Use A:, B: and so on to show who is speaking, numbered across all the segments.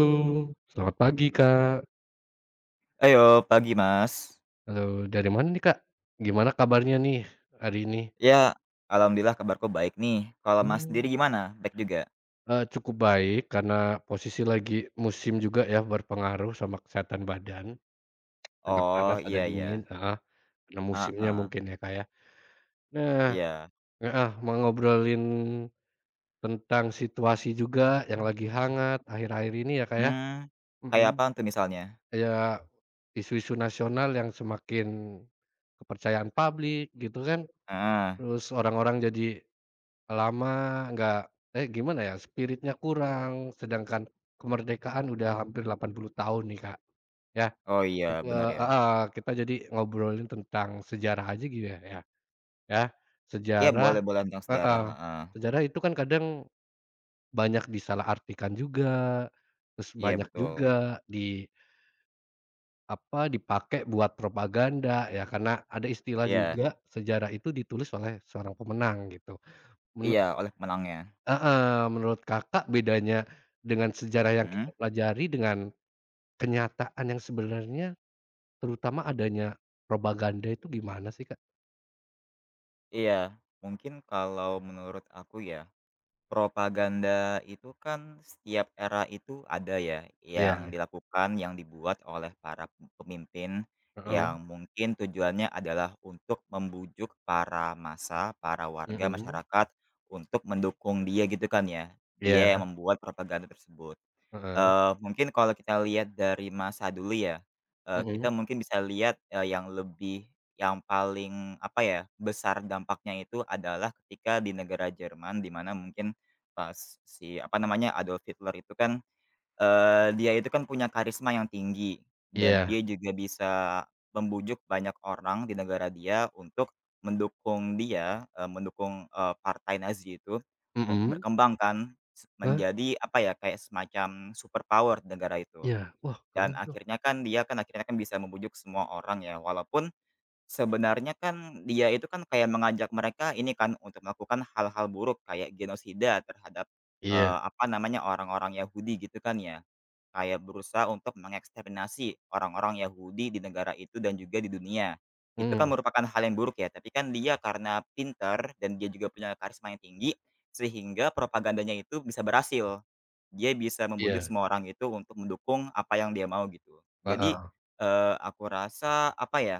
A: Halo, selamat pagi Kak.
B: Ayo, pagi Mas.
A: Halo, dari mana nih Kak? Gimana kabarnya nih hari ini?
B: Ya, alhamdulillah kabarku baik nih. Kalau Mas sendiri
A: Hmm.
B: gimana? Baik juga?
A: Cukup baik karena posisi lagi musim juga ya berpengaruh sama kesehatan badan, ada
B: Oh,
A: panas, ada
B: iya
A: dingin,
B: iya.
A: heeh, karena musimnya
B: Heeh,
A: mungkin ya Kak ya. Nah,
B: iya.
A: heeh, mau ngobrolin tentang situasi juga yang lagi hangat akhir-akhir ini ya Kak ya,
B: Hmm. Kayak
A: mhm,
B: apa tuh misalnya?
A: ya isu-isu nasional yang semakin kepercayaan publik gitu kan,
B: Heeh.
A: terus orang-orang jadi lama, nggak, eh, gimana ya, spiritnya kurang, sedangkan kemerdekaan udah hampir 80 tahun nih, Kak, ya.
B: Oh iya,
A: Itu
B: benar ya.
A: heeh, kita jadi ngobrolin tentang sejarah aja gitu ya ya ya,
B: Iya
A: sejarah,
B: boleh boleh tentang sejarah,
A: heeh,
B: heeh.
A: sejarah itu kan kadang banyak disalahartikan juga, terus
B: Iya
A: banyak
B: betul.
A: juga di apa, dipakai buat propaganda ya, karena ada istilah
B: Iya.
A: juga sejarah itu ditulis oleh seorang pemenang gitu. Menu
B: Iya, oleh pemenangnya.
A: Heeh, menurut Kakak bedanya dengan sejarah yang
B: Hmm.
A: kita pelajari dengan kenyataan yang sebenarnya, terutama adanya propaganda itu gimana sih, Kak?
B: Iya, mungkin kalau menurut aku ya, propaganda itu kan setiap era itu ada ya, yang
A: Iya,
B: dilakukan, yang dibuat oleh para pemimpin
A: heeh,
B: yang mungkin tujuannya adalah untuk membujuk para massa, para warga
A: mhm,
B: masyarakat untuk mendukung dia gitu kan ya. Dia
A: iya,
B: yang membuat propaganda tersebut.
A: heeh,
B: Mungkin kalau kita lihat dari masa dulu ya, kita
A: mhm,
B: mungkin bisa lihat, yang lebih yang paling apa ya, besar dampaknya itu adalah ketika di negara Jerman di mana mungkin pas si apa namanya, Adolf Hitler itu kan, dia itu kan punya karisma yang tinggi, dan
A: iya,
B: dia juga bisa membujuk banyak orang di negara dia untuk mendukung dia, mendukung, partai Nazi itu untuk
A: mhm,
B: berkembang kan,
A: hah?
B: menjadi apa ya, kayak semacam super power di negara itu.
A: Iya, wah keren
B: Dan
A: tuh.
B: akhirnya kan dia kan akhirnya kan bisa membujuk semua orang ya, walaupun sebenarnya kan dia itu kan kayak mengajak mereka ini kan untuk melakukan hal-hal buruk kayak genosida terhadap,
A: Iya,
B: apa namanya, orang-orang Yahudi gitu kan ya. Kayak berusaha untuk mengeksterminasi orang-orang Yahudi di negara itu dan juga di dunia. Itu kan
A: mhm,
B: merupakan hal yang buruk ya, tapi kan dia karena pintar dan dia juga punya karisma yang tinggi, sehingga propagandanya itu bisa berhasil. Dia bisa membujuk
A: iya,
B: semua orang itu untuk mendukung apa yang dia mau gitu. Jadi,
A: heeh,
B: aku rasa apa ya,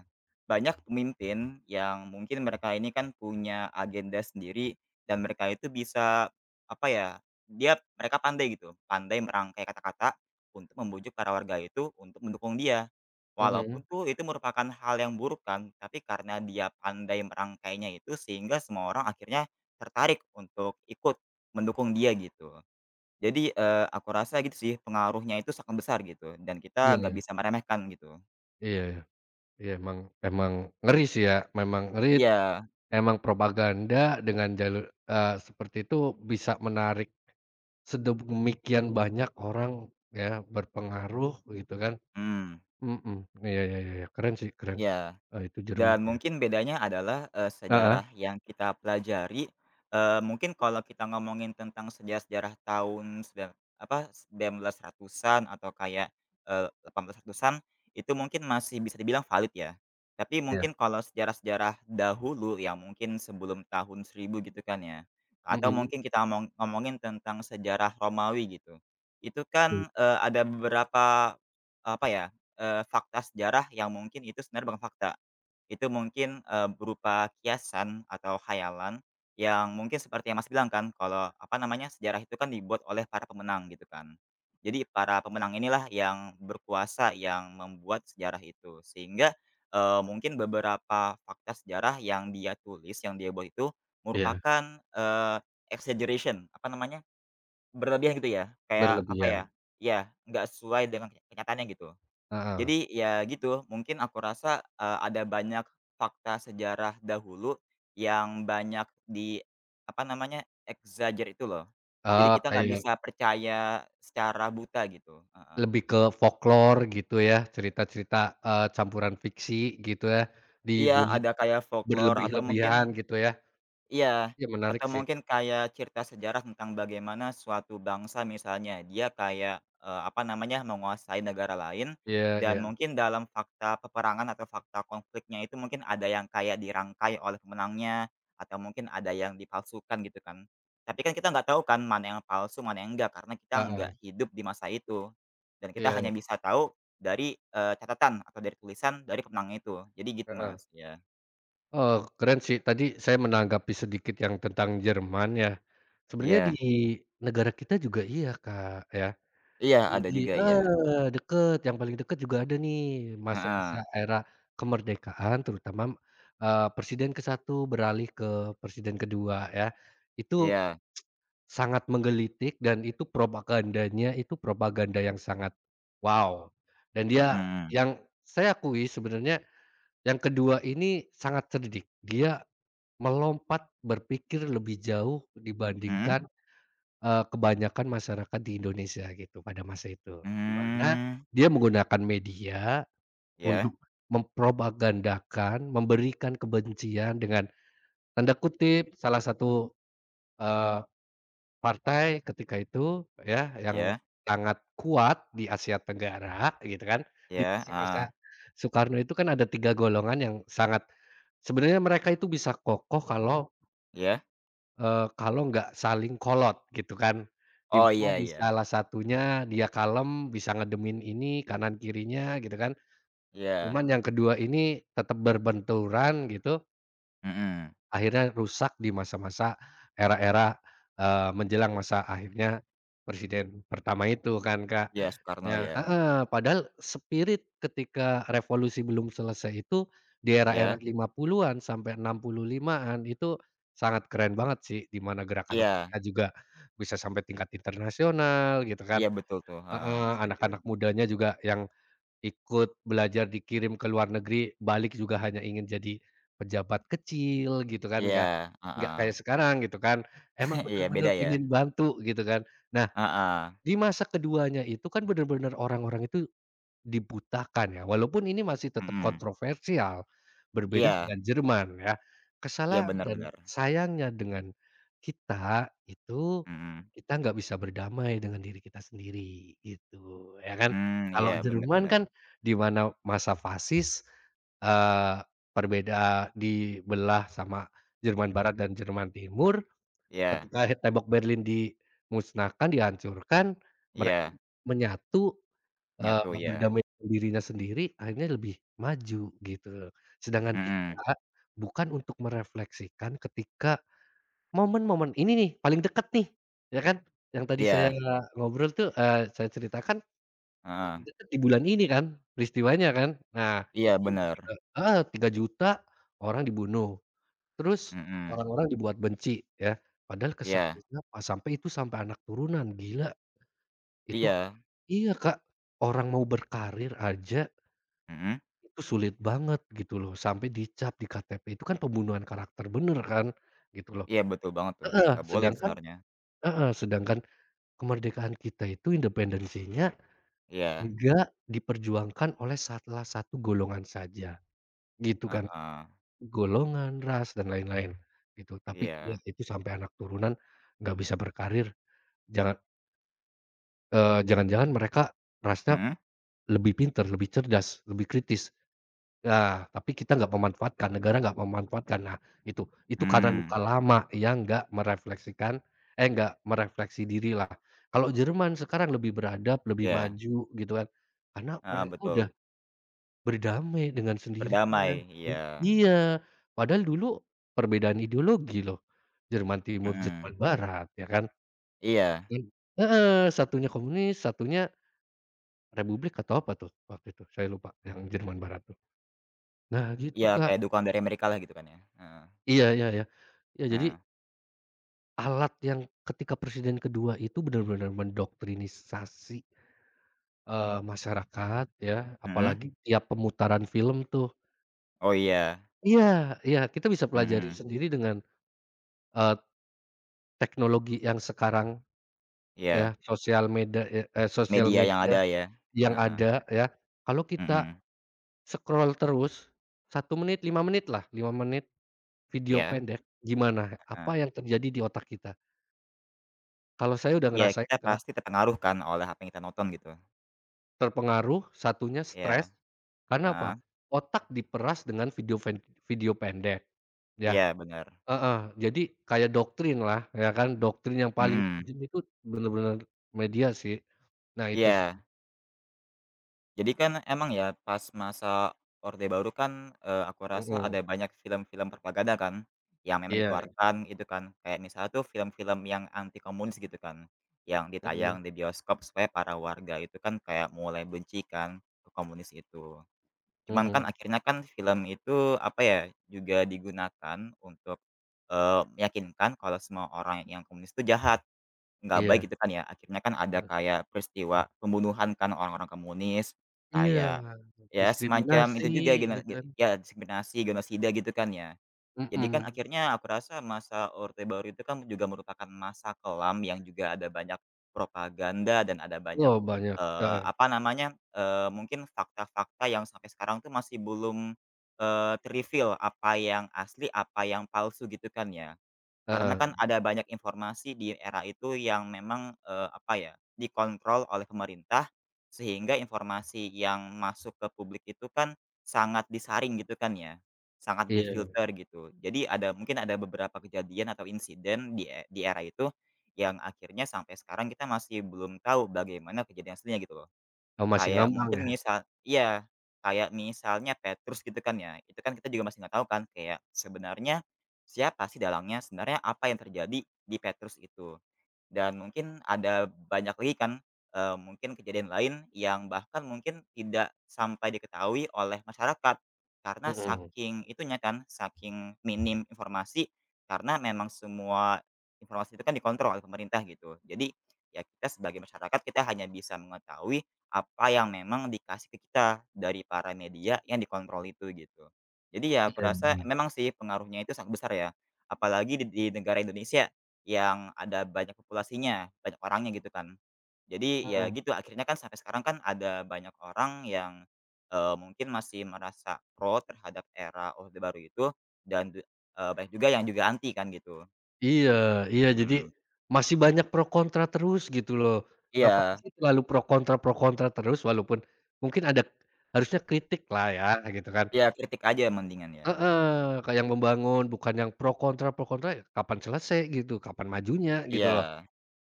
B: banyak pemimpin yang mungkin mereka ini kan punya agenda sendiri dan mereka itu bisa apa ya, mereka pandai gitu, pandai merangkai kata-kata untuk membujuk para warga itu untuk mendukung dia.
A: mhm,
B: Walaupun tuh itu merupakan hal yang buruk kan, tapi karena dia pandai merangkainya itu sehingga semua orang akhirnya tertarik untuk ikut mendukung dia gitu. Jadi, aku rasa gitu sih pengaruhnya itu sangat besar gitu dan kita nggak
A: iya
B: bisa meremehkan gitu.
A: iya iya, emang emang ngeri sih ya, memang ngeri,
B: Iya,
A: emang propaganda dengan jalur seperti itu bisa menarik sedemikian banyak orang ya berpengaruh gitu kan,
B: hmm
A: mhm, iya iya iya, iya, keren sih keren,
B: iya.
A: itu Jerman
B: Dan
A: ya,
B: mungkin bedanya adalah,
A: heeh,
B: sejarah yang kita pelajari, mungkin kalau kita ngomongin tentang sejarah-sejarah tahun 1900-an atau kayak, 1800-an, itu mungkin masih bisa dibilang valid ya. Tapi
A: iya,
B: mungkin kalau sejarah-sejarah dahulu yang mungkin sebelum tahun 1000 gitu kan ya, atau
A: mhm,
B: mungkin kita ngomongin tentang sejarah Romawi gitu. Itu
A: mmm,
B: kan, ada beberapa, apa ya, fakta sejarah yang mungkin itu sebenarnya bukan fakta. Itu mungkin, berupa kiasan atau khayalan yang mungkin seperti yang Mas bilang kan kalau, apa namanya, sejarah itu kan dibuat oleh para pemenang gitu kan. Jadi para pemenang inilah yang berkuasa yang membuat sejarah itu. Sehingga, mungkin beberapa fakta sejarah yang dia tulis, yang dia buat itu
A: iya,
B: merupakan, exaggeration, apa namanya, berlebihan gitu ya, kayak, apa ya,
A: berlebihan,
B: ya nggak sesuai dengan kenyataannya gitu.
A: heeh,
B: Jadi ya gitu, mungkin aku rasa, ada banyak fakta sejarah dahulu yang banyak apa namanya, exagger itu loh. Jadi kita nggak
A: kayak
B: bisa percaya secara buta gitu, heeh.
A: lebih ke folklore gitu ya, cerita-cerita, campuran fiksi gitu ya,
B: Iya,
A: dibuat
B: ada kayak folklore atau mungkin.
A: berlebih-lebihan gitu ya,
B: Iya,
A: iya menarik
B: atau
A: sih,
B: mungkin kayak cerita sejarah tentang bagaimana suatu bangsa misalnya dia kayak, apa namanya, menguasai negara lain
A: iya
B: dan
A: iya,
B: mungkin dalam fakta peperangan atau fakta konfliknya itu mungkin ada yang kayak dirangkai oleh pemenangnya atau mungkin ada yang dipalsukan gitu kan. Tapi kan kita nggak tahu kan mana yang palsu, mana yang enggak karena kita nggak
A: heeh,
B: hidup di masa itu dan kita hanya
A: iya,
B: bisa tahu dari, catatan atau dari tulisan dari pemenang itu. Jadi gitu
A: heeh.
B: Mas, ya.
A: Oh keren sih. Tadi saya menanggapi sedikit yang tentang Jerman ya. Sebenarnya di
B: Iya.
A: negara kita juga iya, Kak, ya.
B: Iya ada
A: Jadi
B: juga, ya.
A: heeh, deket, yang paling deket juga ada nih, masa-masa
B: Heeh.
A: era kemerdekaan terutama, presiden ke-1 beralih ke presiden kedua ya. Itu
B: Iya,
A: sangat menggelitik dan itu propagandanya itu propaganda yang sangat wow. Dan dia
B: mhm,
A: yang saya akui sebenarnya yang kedua ini sangat cerdik. Dia melompat berpikir lebih jauh
B: mhm,
A: dibandingkan, kebanyakan masyarakat di Indonesia gitu pada masa itu. Di mana
B: mmm,
A: dia menggunakan media
B: iya
A: untuk mempropagandakan, memberikan kebencian dengan tanda kutip salah satu, eee, partai ketika itu ya yang
B: iya
A: sangat kuat di Asia Tenggara gitu kan. Di
B: iya, heeh,
A: masa-masa Soekarno itu kan ada 3 golongan yang sangat sebenarnya mereka itu bisa kokoh kalau
B: iya,
A: Eee, kalau nggak saling kolot gitu kan, di
B: oh
A: mana
B: iya
A: di
B: iya
A: salah satunya dia kalem, bisa ngedemin ini kanan kirinya gitu kan,
B: iya,
A: cuman yang kedua ini tetap berbenturan gitu.
B: mhm,
A: Akhirnya rusak di masa-masa era-era, menjelang masa akhirnya presiden pertama itu kan, Kak.
B: iya Soekarno ya,
A: Nah heeh, padahal spirit ketika revolusi belum selesai itu di era-era
B: iya
A: 50-an sampai 65-an itu sangat keren banget sih, di mana gerakan
B: iya
A: kita juga bisa sampai tingkat internasional gitu kan
B: iya betul tuh, heeh,
A: heeh,
B: setuju,
A: anak-anak mudanya juga yang ikut belajar dikirim ke luar negeri, balik juga hanya ingin jadi pejabat kecil gitu kan, nggak
B: iya,
A: nggak
B: heeh,
A: kayak sekarang gitu kan. Emang
B: iya beda
A: bener-bener
B: ya,
A: pengen bantu gitu kan. Nah,
B: heeh,
A: di masa keduanya itu kan bener-bener orang-orang itu dibutakan ya, walaupun ini masih tetap
B: mhm,
A: kontroversial, berbeda
B: iya
A: dengan Jerman ya.
B: iya
A: Kesalahan
B: bener
A: dan
B: bener,
A: sayangnya dengan kita itu,
B: mhm,
A: kita nggak bisa berdamai dengan diri kita sendiri gitu, ya kan.
B: mmm, iya
A: Kalau
B: bener
A: Jerman
B: bener,
A: kan di mana masa fasis, eee, perbeda dibelah sama Jerman Barat dan Jerman Timur,
B: iya
A: ketika tembok Berlin dimusnahkan, dihancurkan, mereka
B: iya,
A: menyatu Eee,
B: nyatu ya,
A: berdamai dengan dirinya sendiri akhirnya lebih maju gitu. Sedangkan
B: mhm,
A: kita bukan untuk merefleksikan ketika momen-momen ini nih paling dekat nih, ya kan? Yang tadi saya
B: iya,
A: ngobrol tuh, saya ceritakan
B: heeh,
A: paling dekat di bulan ini kan peristiwanya kan. Nah
B: iya
A: itu yang
B: bener,
A: ketika heeh, 3 juta orang dibunuh, terus
B: mhm,
A: orang-orang dibuat benci ya, padahal
B: iya
A: kesannya pas sampai itu sampai anak turunan, gila itu
B: iya,
A: iya, Kak, orang mau berkarir aja
B: mhm.
A: itu sulit banget gitu loh, sampai dicap di KTP itu kan pembunuhan karakter bener kan, gitu loh.
B: Iya betul banget tuh,
A: Heeh,
B: nggak boleh itu sebenarnya.
A: heeh, sedangkan kemerdekaan kita itu independensinya
B: Iya,
A: nggak diperjuangkan oleh salah satu golongan saja, gitu kan.
B: heeh,
A: Golongan, ras, dan lain-lain, gitu. Tapi ya
B: iya.
A: itu sampai anak turunan nggak bisa berkarir, jangan eee, jangan-jangan mereka rasnya
B: Mhm?
A: lebih pinter, lebih cerdas, lebih kritis. Nah, tapi kita nggak memanfaatkan, negara nggak memanfaatkan. Nah, itu karena luka
B: Mmm,
A: lama yang nggak merefleksikan eh, nggak merefleksi dirilah. Kalau Jerman sekarang lebih beradab, lebih
B: iya,
A: maju gitu kan, karena
B: heeh,
A: mereka
B: betul.
A: udah berdamai dengan sendirinya.
B: Berdamai,
A: Jadi
B: iya,
A: iya, padahal dulu perbedaan ideologi loh, Jerman Timur,
B: mhm,
A: Jerman Barat ya kan.
B: iya
A: Dan heeh, satunya komunis, satunya republik atau apa tuh waktu itu, saya lupa yang Jerman Barat tuh. Nah
B: iya
A: gitu, Kak.
B: kayak dukungan dari mereka lah gitu kan ya, heeh,
A: Iya iya iya. Ya jadi
B: heeh,
A: alat yang ketika presiden kedua itu benar-benar mendoktrinisasi, masyarakat ya,
B: mhm?
A: apalagi tiap pemutaran film tuh
B: Oh iya,
A: iya iya, kita bisa pelajari
B: mhm,
A: sendiri dengan, eee, teknologi yang sekarang ya,
B: iya,
A: sosial meda e eee, sosial
B: media yang
A: media
B: ada ya,
A: yang
B: heeh,
A: ada ya. Kalau kita
B: mhm,
A: scroll terus 1 menit, 5 menit lah, 5 menit video
B: iya,
A: pendek, gimana apa
B: heeh,
A: yang terjadi di otak kita? Kalau saya udah
B: iya
A: ngerasain,
B: kita
A: Kak.
B: pasti terpengaruh kan oleh apa yang kita nonton gitu,
A: Terpengaruh, satunya
B: iya,
A: stres, karena
B: heeh,
A: apa, otak diperas dengan video pendek, ya
B: iya bener,
A: heeh, jadi kayak doktrin lah ya kan, doktrin yang paling
B: mhm,
A: tajam itu bener-bener media sih. Nah itu sih
B: iya. Jadi kan emang ya pas masa Orde Baru kan, aku rasa
A: mhm,
B: ada banyak film-film propaganda kan, yang memang
A: iya,
B: dikeluarkan gitu kan. Kayak misalnya tuh film-film yang anti komunis gitu kan, yang
A: mhm
B: ditayang di bioskop supaya para warga itu kan kayak mulai benci kan ke komunis itu. Cuman kan
A: mhm,
B: akhirnya kan film itu apa ya, juga digunakan untuk, meyakinkan kalau semua orang yang komunis itu jahat. Nggak baik
A: iya,
B: gitu kan ya, akhirnya kan ada
A: heeh,
B: kayak peristiwa pembunuhan kan orang-orang komunis,
A: iya,
B: kayak ya semacam
A: diskriminasi
B: itu juga geno
A: gitu
B: ge
A: kan,
B: ya diskriminasi, genosida gitu kan ya. Jadi kan
A: mhm,
B: akhirnya aku rasa masa Orde Baru itu kan juga merupakan masa kelam yang juga ada banyak propaganda dan ada banyak,
A: wah banyak, heeh
B: apa namanya, mungkin fakta-fakta yang sampai sekarang tuh masih belum, eee, ter apa yang asli, apa yang palsu gitu kan ya. Karena
A: heeh,
B: kan ada banyak informasi di era itu yang memang, apa ya, dikontrol oleh pemerintah, sehingga informasi yang masuk ke publik itu kan sangat disaring gitu kan ya, sangat
A: iya,
B: difilter gitu. Jadi ada mungkin ada beberapa kejadian atau insiden di era itu yang akhirnya sampai sekarang kita masih belum tahu bagaimana kejadian aslinya gitu loh.
A: masih
B: Kayak
A: ngambang
B: mungkin
A: ya,
B: misal iya, kayak misalnya Petrus gitu kan ya, itu kan kita juga masih nggak tahu kan kayak sebenarnya siapa sih dalangnya, sebenarnya apa yang terjadi di Petrus itu. Dan mungkin ada banyak lagi kan, mungkin kejadian lain yang bahkan mungkin tidak sampai diketahui oleh masyarakat. Karena
A: mhm,
B: saking itunya kan, saking minim informasi, karena memang semua informasi itu kan dikontrol oleh pemerintah gitu. Jadi, ya kita sebagai masyarakat kita hanya bisa mengetahui apa yang memang dikasih ke kita dari para media yang dikontrol itu gitu. Jadi ya aku
A: iya
B: rasa
A: iya,
B: memang sih pengaruhnya itu sangat besar ya, apalagi di negara Indonesia yang ada banyak populasinya, banyak orangnya gitu kan. Jadi ya
A: mhm.
B: gitu akhirnya kan sampai sekarang kan ada banyak orang yang, mungkin masih merasa pro terhadap era Orde Baru itu dan banyak juga yang juga anti kan gitu,
A: Iya
B: gitu.
A: iya, jadi
B: Mhm,
A: masih banyak pro kontra terus gitu loh. Ngapain
B: iya
A: sih terlalu pro kontra terus walaupun mungkin ada harusnya kritik lah ya gitu kan.
B: iya kritik aja mendingan ya.
A: Heeh, kayak yang membangun bukan yang pro kontra, ya kapan selesai gitu, kapan majunya gitu loh.
B: Iya,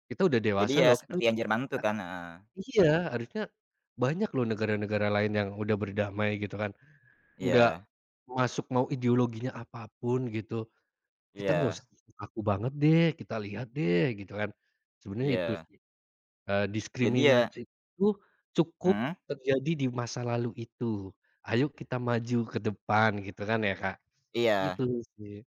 A: Kita udah
B: jadi
A: dewasa
B: ya
A: loh, kita
B: seperti yang Jerman tuh
A: a
B: kan, heeh.
A: iya, harusnya banyak loh negara-negara lain yang udah berdamai gitu kan, nggak
B: Iya
A: masuk mau ideologinya apapun gitu. Kita nggak
B: iya
A: usah kaku banget deh, kita lihat deh gitu kan. Sebenarnya itu
B: iya.
A: sih,
B: Jadi ya.
A: diskriminasi itu cukup
B: Mhm.
A: terjadi di masa lalu itu. Ayo kita maju ke depan gitu kan ya, Kak. Gitu
B: Iya.
A: sih,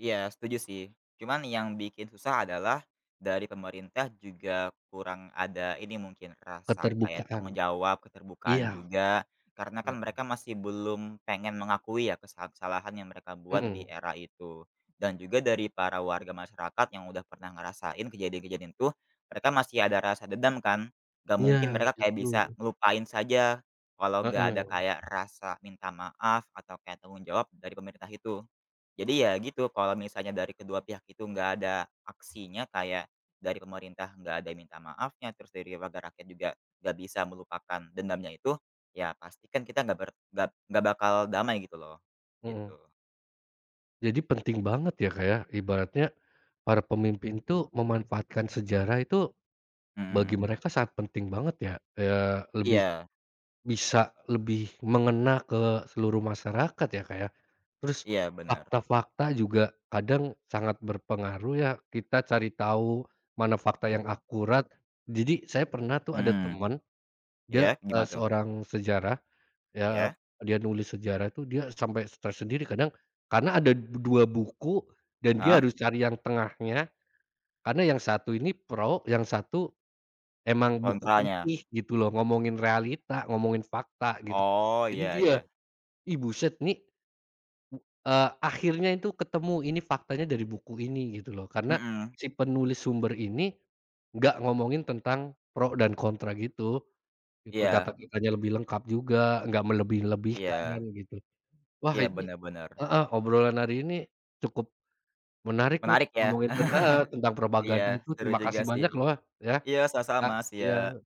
B: Iya, setuju sih. Cuman yang bikin susah adalah dari pemerintah juga kurang ada ini mungkin rasa kayak
A: keterbukaan.
B: tanggung jawab, keterbukaan
A: Iya,
B: juga. Karena kan
A: mhm,
B: mereka masih belum pengen mengakui ya kesalahan-kesalahan yang mereka buat di
A: mhm.
B: era itu. Dan juga dari para warga masyarakat yang udah pernah ngerasain kejadian-kejadian itu, mereka masih ada rasa dendam kan. Gak
A: Iya
B: mungkin mereka kayak
A: itu,
B: bisa ngelupain saja kalau gak ada
A: heeh,
B: kayak rasa minta maaf atau kayak tanggung jawab dari pemerintah itu. Jadi ya gitu, kalau misalnya dari kedua pihak itu nggak ada aksinya kayak dari pemerintah nggak ada minta maafnya, terus dari warga rakyat juga nggak bisa melupakan dendamnya itu, ya pasti kan kita nggak nggak bakal damai gitu loh,
A: mhm.
B: gitu.
A: Jadi penting banget ya, Kak, ya, ibaratnya para pemimpin tuh memanfaatkan sejarah itu bagi
B: Mhm.
A: mereka sangat penting banget ya, eee, lebih
B: Iya
A: bisa lebih mengena ke seluruh masyarakat ya, Kak, ya. Terus
B: iya benar.
A: fakta-fakta juga kadang sangat berpengaruh ya, kita cari tahu mana fakta yang akurat. Jadi saya pernah tuh ada
B: Mhm.
A: teman, dia,
B: Ya gimana tuh?
A: seorang sejarah, ya
B: Ya.
A: dia nulis sejarah tuh dia sampai stres sendiri kadang, karena ada 2 buku dan dia
B: Heeh?
A: harus cari yang tengahnya, karena yang satu ini pro, yang satu emang buku
B: Kontranya?
A: putih gitu loh, ngomongin realita, ngomongin fakta gitu.
B: Oh,
A: Jadi
B: iya
A: iya,
B: iya.
A: ih buset nih, akhirnya itu ketemu ini faktanya dari buku ini gitu loh. Karena
B: Mhm.
A: si penulis sumber ini nggak ngomongin tentang pro dan kontra gitu, gitu.
B: Iya
A: Data-datanya lebih lengkap juga, nggak melebih-lebihkan
B: iya.
A: gitu. Wah
B: Iya,
A: ini
B: benar-benar.
A: heeh, obrolan hari ini cukup menarik nih
B: Menarik ya.
A: ngomongin heeh, tentang
B: Iya,
A: propaganda itu.
B: seru
A: Terima
B: juga
A: kasih
B: sih.
A: banyak loh ya,
B: Iya, sama-sama,
A: Kak,
B: sih ya.
A: iya.